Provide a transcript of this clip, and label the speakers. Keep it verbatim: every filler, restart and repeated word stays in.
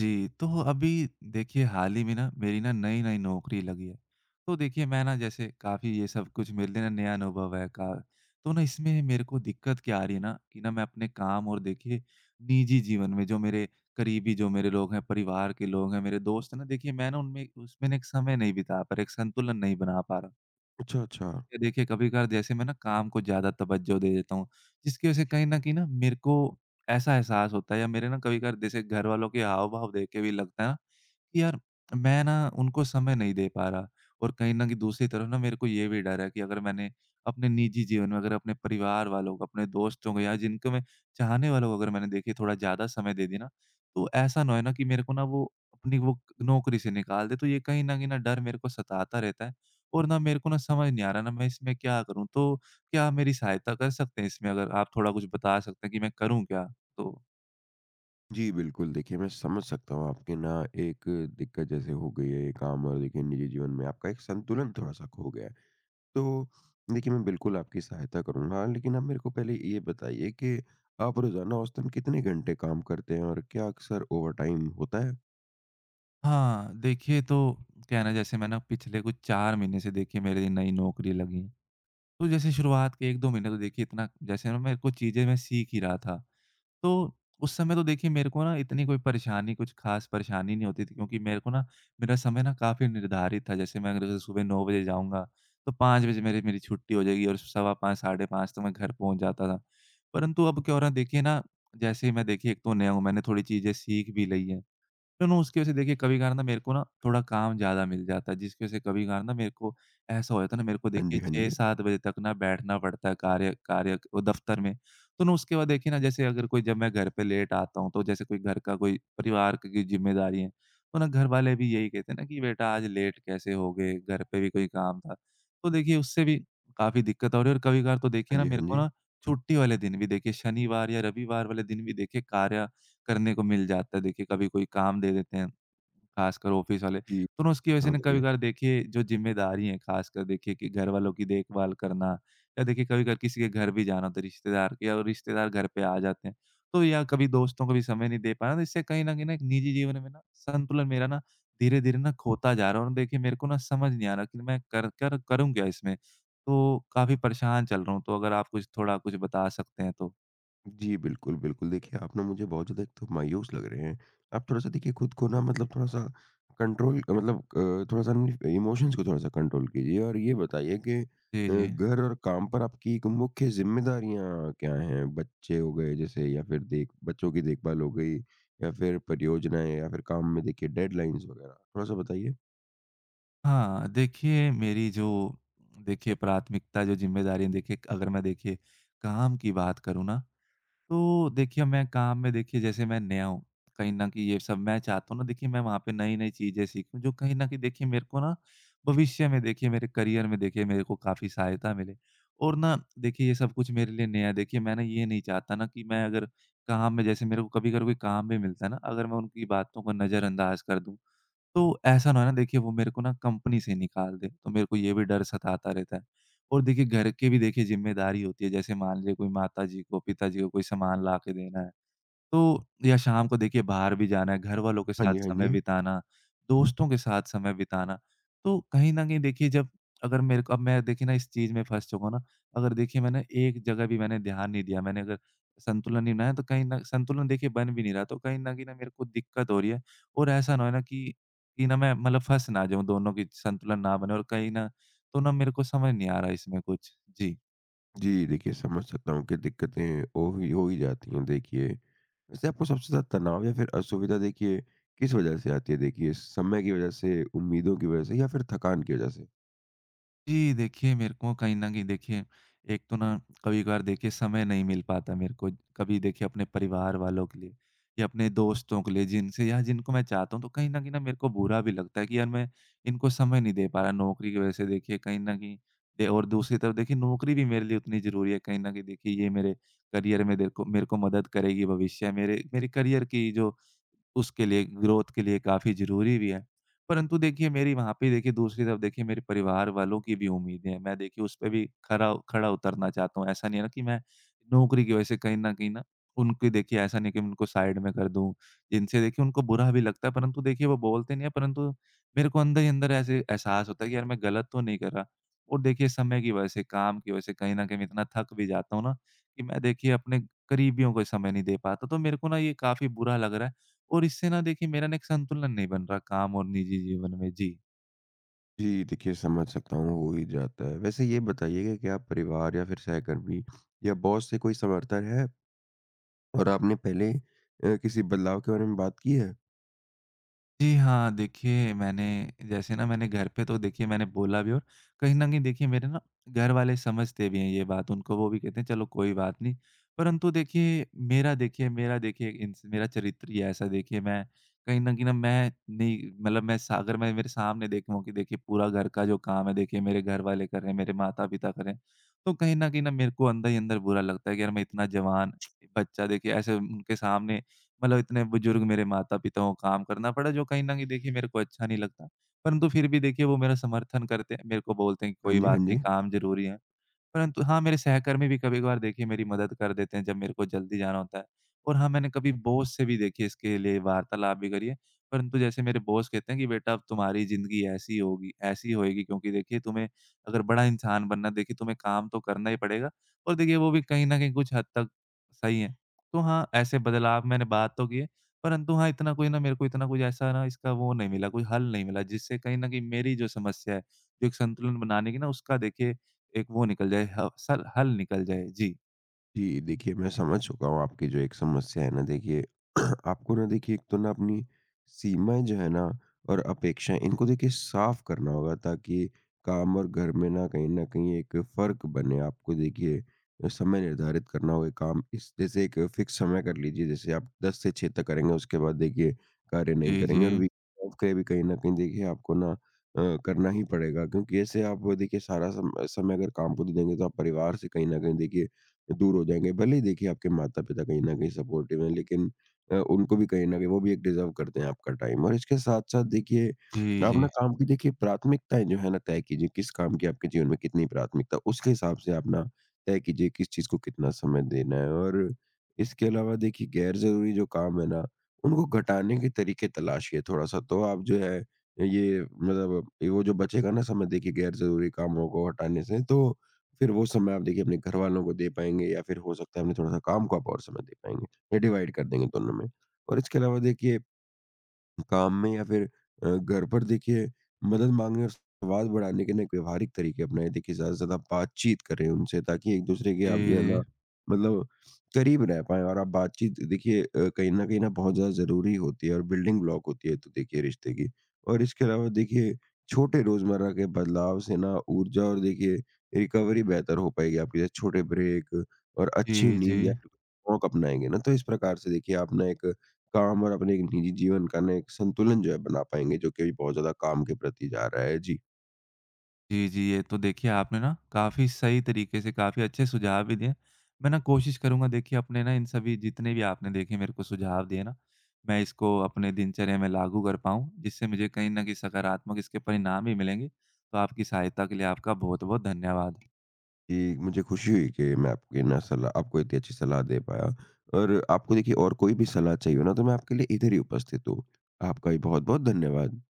Speaker 1: जी, तो अभी देखिए हाल ही में ना मेरी ना नई-नई नौकरी लगी है। तो देखिए मैं ना जैसे काफ़ी ये सब कुछ मेरे लिए ना नया अनुभव है का। तो ना इसमें मेरे को दिक्कत क्या आ रही है ना कि ना मैं अपने काम और देखिए निजी जीवन में जो मेरे करीबी जो मेरे लोग हैं, परिवार के लोग हैं, मेरे दोस्त हैं ना देखिए मैं ना उनमें उसमें ना एक समय नहीं बिता पा रहा, एक संतुलन नहीं बना पा रहा।
Speaker 2: अच्छा, अच्छा।
Speaker 1: ये देखिए कभी-कभार जैसे मैं ना काम को ज़्यादा तवज्जो दे देता हूँ, जिसकी वज़ह से कहीं न कहीं ना मेरे को ऐसा एहसास होता है या मेरे ना कभी-कभार जैसे घर वालों के हाव-भाव देख के भी लगता है ना कि यार, मैं ना उनको समय नहीं दे पा रहा। और कहीं न कहीं दूसरी तरफ ना मेरे को ये भी डर है कि अगर मैंने अपने निजी जीवन में अगर अपने परिवार वालों को, अपने दोस्तों को या जिनको मैं चाहने वालों को अगर मैंने देखिए थोड़ा ज़्यादा समय दे दिया ना, तो ऐसा ना होए ना कि मेरे को ना वो अपनी वो नौकरी से निकाल दे। तो ये कहीं न कहीं ना डर मेरे को सताता रहता है और ना मेरे को ना समझ नहीं आ रहा ना मैं इसमें क्या करूँ? तो क्या आप मेरी सहायता कर सकते हैं इसमें? अगर आप थोड़ा कुछ बता सकते हैं कि मैं करूँ क्या? तो
Speaker 2: जी, बिल्कुल, देखिए मैं समझ सकता हूँ आपके ना एक दिक्कत जैसे हो गई है, एक काम और देखिए निजी जीवन में आपका एक संतुलन थोड़ा-सा खो गया है। तो देखिए, मैं बिल्कुल आपकी सहायता करूँगा, लेकिन आप मेरे को पहले ये बताइए कि आप रोज़ाना औसतन कितने घंटे काम करते हैं और क्या अक्सर ओवरटाइम होता है?
Speaker 1: हाँ, देखिए तो क्या है ना, जैसे मैं ना पिछले कुछ चार महीने से देखिए मेरी नई नौकरी लगी है। तो जैसे शुरुआत के एक दो महीने तो देखिए इतना जैसे ना मेरे को चीज़ें मैं सीख ही रहा था। तो उस समय तो देखिए मेरे को ना इतनी कोई परेशानी कुछ ख़ास परेशानी नहीं होती थी, क्योंकि मेरे को ना मेरा समय ना काफ़ी निर्धारित था। जैसे मैं अगर जैसे सुबह नौ बजे जाऊँगा तो पाँच बजे मेरी मेरी छुट्टी हो जाएगी और सवा पाँच साढ़े पाँच तक मैं घर पहुँच जाता था। परंतु अब क्या हो रहा है देखिए ना, जैसे ही मैं देखिए एक तो नया हूँ, मैंने थोड़ी चीज़ें सीख भी ली हैं। तो ना उसकी वजह से देखिए कभी कभार ना मेरे को ना थोड़ा काम ज़्यादा मिल जाता है, जिसकी वजह से कभी कभार ना मेरे को ऐसा हो जाता है ना मेरे को
Speaker 2: हाँ जी,
Speaker 1: देखिए
Speaker 2: हाँ जी।
Speaker 1: छह सात बजे तक ना बैठना पड़ता है कार्य कार्य वो दफ़्तर में। तो ना उसके बाद देखिए ना, जैसे अगर कोई जब मैं घर पे लेट आता हूँ तो जैसे कोई घर का कोई परिवार की ज़िम्मेदारी है, तो ना घर वाले भी यही कहते हैं ना कि बेटा आज लेट कैसे हो गए? घर पे भी कोई काम था। तो देखिए उससे भी काफ़ी दिक्कत हो रही है। और कभी कभार तो देखिए
Speaker 2: हाँ
Speaker 1: ना
Speaker 2: जी,
Speaker 1: मेरे
Speaker 2: हाँ
Speaker 1: को
Speaker 2: जी।
Speaker 1: ना छुट्टी वाले दिन भी देखिए, शनिवार या रविवार वाले दिन भी देखिए कार्य करने को मिल जाता है। देखिए, कभी कोई काम दे देते हैं, खासकर ऑफ़िस वाले,
Speaker 2: जी,
Speaker 1: तो ना उसकी वजह
Speaker 2: सकता
Speaker 1: से
Speaker 2: हूँ
Speaker 1: ना
Speaker 2: देखिए।
Speaker 1: कभी-कभार देखिए जो ज़िम्मेदारी है, खासकर देखिए कि घर वालों की देखभाल करना या देखिए कभी-कभार किसी के घर भी जाना होता है रिश्तेदार के, और रिश्तेदार घर पे आ जाते हैं, तो या कभी दोस्तों को भी समय नहीं दे पाना, तो इससे कहीं न कहीं ना एक निजी जीवन में ना संतुलन मेरा ना धीरे-धीरे ना खोता जा रहा है और देखिए मेरे को ना समझ नहीं आ रहा कि मैं कर कर करूँ क्या इसमें? तो काफ़ी परेशान चल रहा हूँ, तो अगर आप कुछ थोड़ा कुछ बता सकते हैं तो?
Speaker 2: जी, बिल्कुल, बिल्कुल। देखिए, आप ना मुझे बहुत ज़्यादा एक तो मायूस लग रहे हैं। आप थोड़ा-सा देखिए खुद को ना मतलब थोड़ा-सा कंट्रोल, मतलब अ, थोड़ा-सा अपने इमोशंस को थोड़ा-सा कंट्रोल कीजिए, और ये बताइए कि
Speaker 1: जी,
Speaker 2: अ,
Speaker 1: जी।
Speaker 2: घर और काम पर आपकी एक मुख्य ज़िम्मेदारियाँ क्या हैं? बच्चे हो गए जैसे, या फिर देख बच्चों की देखभाल हो गई, या फिर परियोजनाएँ, या फिर काम में देखिए डेडलाइन्स वगैरह? थोड़ा-सा बताइए।
Speaker 1: हाँ, देखिए मेरी जो देखिए प्राथमिकता जो ज़िम्मेदारी है देखिए, अगर मैं देखिए काम की बात करूँ ना, तो देखिए मैं काम में देखिए जैसे मैं नया हूँ, कहीं न कहीं ये सब मैं चाहता हूँ ना, देखिए मैं वहाँ पे नई-नई चीज़ें सीखूँ जो कहीं न कहीं देखिए मेरे को ना भविष्य में देखिए मेरे करियर में देखिए मेरे को काफ़ी सहायता मिले। और ना देखिए ये सब कुछ मेरे लिए नया है, देखिए मैं ना ये नहीं चाहता ना कि मैं अगर काम में जैसे मेरे को कभी अगर कोई काम भी मिलता है ना, अगर मैं उनकी बातों को नज़रअंदाज कर दूँ, तो ऐसा ना हो ना देखिए वो मेरे को ना कंपनी से निकाल दे, तो मेरे को ये भी डर सताता रहता है। और देखिए घर की भी देखिए ज़िम्मेदारी होती है, जैसे मान लीजिए कोई माताजी को, पिताजी को कोई सामान ला के देना है, तो या शाम को देखिए बाहर भी जाना है, घर वालों के
Speaker 2: हाँ
Speaker 1: साथ
Speaker 2: जी, हाँ
Speaker 1: समय
Speaker 2: जी।
Speaker 1: बिताना, दोस्तों के साथ समय बिताना। तो कहीं न कहीं देखिए जब अगर मेरे को अब मैं देखिए ना इस चीज़ में फँस चुका हूँ ना, अगर देखिए मैंने एक जगह भी मैंने ध्यान नहीं दिया, मैंने अगर संतुलन नहीं बनाया तो कहीं न संतुलन देखिए बन भी नहीं रहा, तो कहीं न कहीं ना मेरे को दिक्कत हो रही है, और ऐसा ना हो ना कि कि ना मैं मतलब फँस ना जाऊँ, दोनों की संतुलन ना बने और कहीं ना। तो ना मेरे को समझ नहीं आ रहा इसमें कुछ। जी।
Speaker 2: जी, देखिए समझ सकता हूँ कि दिक्कतें हो ही हो ही जाती हैं देखिए। वैसे आपको सबसे ज़्यादा तनाव या फिर असुविधा देखिए किस वज़ह से आती है? देखिए समय की वज़ह से, उम्मीदों की वज़ह से, या फिर थकान की वज़ह से?
Speaker 1: जी, देखिए मेरे को कहीं न कहीं देखिए एक तो ना कभी-कभार देखिए समय नहीं मिल पाता मेरे को। कभी देखिए अपने परिवार वालों के लिए या अपने दोस्तों के लिए, जिनसे या जिनको मैं चाहता हूँ, तो कहीं न कहीं ना मेरे को बुरा भी लगता है कि यार मैं इनको समय नहीं दे पा रहा नौकरी की वज़ह से, देखिए कहीं न कहीं दे। और दूसरी तरफ देखिए नौकरी भी मेरे लिए उतनी ज़रूरी है। कहीं न कहीं देखिए ये मेरे करियर में देखो मेरे को मदद करेगी, भविष्य मेरे मेरे करियर की जो उसके लिए ग्रोथ के लिए काफ़ी ज़रूरी भी है। परंतु देखिए मेरी वहाँ पे देखिए दूसरी तरफ देखिए मेरे परिवार वालों की भी उम्मीदें हैं। मैं देखिए उसपे भी खरा खड़ा उतरना चाहता हूँ। ऐसा नहीं है ना कि मैं नौकरी की वजह से कहीं न कहीं न उनकी देखिए, ऐसा नहीं कि मैं उनको साइड में कर दूँ। जिनसे देखिए उनको बुरा भी लगता है, परंतु देखिए वो बोलते नहीं है, परंतु मेरे को अंदर ही अंदर ऐसे एहसास होता है कि यार मैं गलत तो नहीं कर रहा। और देखिए समय की वजह से, काम की वजह से कहीं न कहीं मैं इतना थक भी जाता हूँ ना कि मैं देखिए अपने करीबियों को समय नहीं दे पाता। तो मेरे को ना ये काफ़ी बुरा लग रहा है। और इससे ना देखिए मेरा ना एक संतुलन नहीं बन रहा काम और निजी जीवन में। जी।
Speaker 2: जी, देखिए समझ सकता हूँ, हो ही जाता है। वैसे ये बताइएगा कि आप परिवार या फिर सहकर्मी या बॉस से कोई समर्थन है? और आपने पहले अ, किसी बदलाव के बारे में बात की है?
Speaker 1: जी हाँ, देखिए मैंने जैसे ना मैंने घर पे तो देखिए मैंने बोला भी, और कहीं न कहीं देखिए मेरे ना घरवाले समझते भी हैं ये बात, उनको वो भी कहते हैं चलो कोई बात नहीं। परंतु देखिए मेरा देखिए मेरा देखिए इंस मेरा चरित्र ही ऐसा, देखिए मैं कहीं न कहीं ना मैं नहीं मतलब मैं सा अगर मैं मेरे सामने देखूँ कि देखिए पूरा घर का जो काम है देखिए मेरे घरवाले कर रहे हैं, मेरे माता-पिता कर रहे हैं, तो कहीं न कहीं ना मेरे को अंदर ही अंदर बुरा लगता है कि यार मैं इतना जवान बच्चा, देखिए ऐसे उनके सामने मतलब इतने बुजुर्ग मेरे माता-पिता को काम करना पड़ा, जो कहीं न कहीं देखिए मेरे को अच्छा नहीं लगता। परंतु फिर भी देखिए वो मेरा समर्थन करते हैं, मेरे को बोलते हैं कि
Speaker 2: हाँ
Speaker 1: कोई
Speaker 2: जी, हाँ
Speaker 1: बात नहीं,
Speaker 2: जी।
Speaker 1: काम ज़रूरी है। परंतु हाँ, मेरे सहकर्मी भी कभी-कभार देखिए मेरी मदद कर देते हैं, जब मेरे को जल्दी जाना होता है। और हाँ, मैंने कभी बॉस से भी देखिए इसके लिए वार्तालाप भी करी है, परंतु जैसे मेरे बॉस कहते हैं कि बेटा अब तुम्हारी ज़िंदगी ऐसी होगी ऐसी होएगी, क्योंकि देखिए तुम्हें अगर बड़ा इंसान बनना है देखिए तुम्हें काम तो करना ही पड़ेगा, और देखिए वो भी कहीं न कहीं कुछ हद तक सही है। तो हाँ, ऐसे बदलाव मैंने बात तो की है, परंतु हाँ, इतना कोई ना मेरे को इतना कुछ ऐसा ना इसका वो नहीं मिला, कोई हल नहीं मिला जिससे कहीं न कहीं मेरी जो समस्या है, जो एक संतुलन बनाने की ना, उसका देखिए एक वो निकल जाए, ह सल हल निकल जाए। जी।
Speaker 2: जी, देखिए मैं समझ चुका हूँ आपकी जो एक समस्या है ना देखिए। आपको ना देखिए एक तो ना अपनी सीमाएँ जो है ना और अपेक्षाएँ, इनको देखिए साफ़ करना होगा, ताकि काम और घर में ना कहीं न कहीं एक फ़र्क बने। आपको देखिए अ, समय निर्धारित करना होगा काम इस, जैसे एक फ़िक्स समय कर लीजिए, जैसे आप दस से छह तक करेंगे, उसके बाद देखिए कार्य नहीं
Speaker 1: जी, जी।
Speaker 2: करेंगे, और वीकेंड ऑफ पे भी कहीं न कहीं देखिए आपको ना अ, करना ही पड़ेगा, क्योंकि ऐसे आप देखिए सारा सम समय अगर काम को दे देंगे, तो आप परिवार से कहीं न कहीं देखिए दूर हो जाएँगे। भले ही देखिए आपके माता-पिता कहीं न कहीं सपोर्टिव हैं, लेकिन अ, उनको भी कहीं न कहीं, वो भी एक डिज़र्व करते हैं आपका टाइम। और इसके साथ-साथ देखिए,
Speaker 1: जी,
Speaker 2: आप ना
Speaker 1: जी।
Speaker 2: काम की देखिए प्राथमिकताएँ जो है ना तय कीजिए, किस काम की आपके जीवन में कितनी प्राथमिकता, उसके हिसाब से आप ना तय कीजिए किस चीज़ को कितना समय देना है, और इसके अलावा देखिए गैर ज़रूरी जो काम है ना, उनको घटाने के तरीके तलाशिए थोड़ा-सा, तो आप जो है ये मतलब ये वो जो बचेगा ना समय, देखिए गैर ज़रूरी कामों को हटाने से, तो फिर वो समय आप देखिए अपने घरवालों को दे पाएँगे, या फिर हो सकता है अपने थोड़ा-सा काम को आप और समय दे पाएँगे, या डिवाइड कर देंगे दोनों में। और इसके अलावा देखिए काम में या फिर अ, घर पर देखिए मदद मांगने और संवाद बढ़ाने के नए व्यवहारिक तरीके अपनाएं, देखिए ज़्यादा से ज़्यादा बातचीत करें उनसे, ताकि एक दूसरे के
Speaker 1: जी,
Speaker 2: आप जो है ना
Speaker 1: जी।
Speaker 2: मतलब करीब रह पाए, और आप बातचीत देखिए अ, कहीं न कहीं ना बहुत ज़्यादा ज़रूरी होती है, और बिल्डिंग ब्लॉक होती है तो देखिए रिश्ते की। और इसके अलावा देखिए छोटे रोज़मर्रा के बदलाव से ना ऊर्जा और देखिए रिकवरी बेहतर हो पाएगी आपकी, जैसे छोटे ब्रेक और अच्छी
Speaker 1: जी, जी।
Speaker 2: नींद, या फिर अपनाएँगे ना, तो इस प्रकार से देखिए आप ना एक काम और अपने एक निजी जीवन का ना एक संतुलन जो है बना पाएँगे, जो कि अभी बहुत ज़्यादा काम के प्रति जा रहा है। जी,
Speaker 1: जी, जी। ये तो देखिए आपने ना काफ़ी सही तरीके से काफ़ी अच्छे सुझाव भी दिए। मैं ना कोशिश करूँगा देखिए अपने ना इन सभी जितने भी आपने देखे मेरे को सुझाव दिए ना, मैं इसको अपने दिनचर्या में लागू कर पाऊँ, जिससे मुझे कहीं न कहीं सकारात्मक इसके परिणाम भी मिलेंगे। तो आपकी सहायता के लिए आपका बहुत-बहुत धन्यवाद।
Speaker 2: जी मुझे खुशी हुई कि मैं आपकी ना सलाह, आपको इतनी अच्छी सलाह दे पाया, और आपको देखिए और कोई भी सलाह चाहिए हो ना, तो मैं आपके लिए इधर ही उपस्थित हूँ। आपका भी बहुत-बहुत धन्यवाद।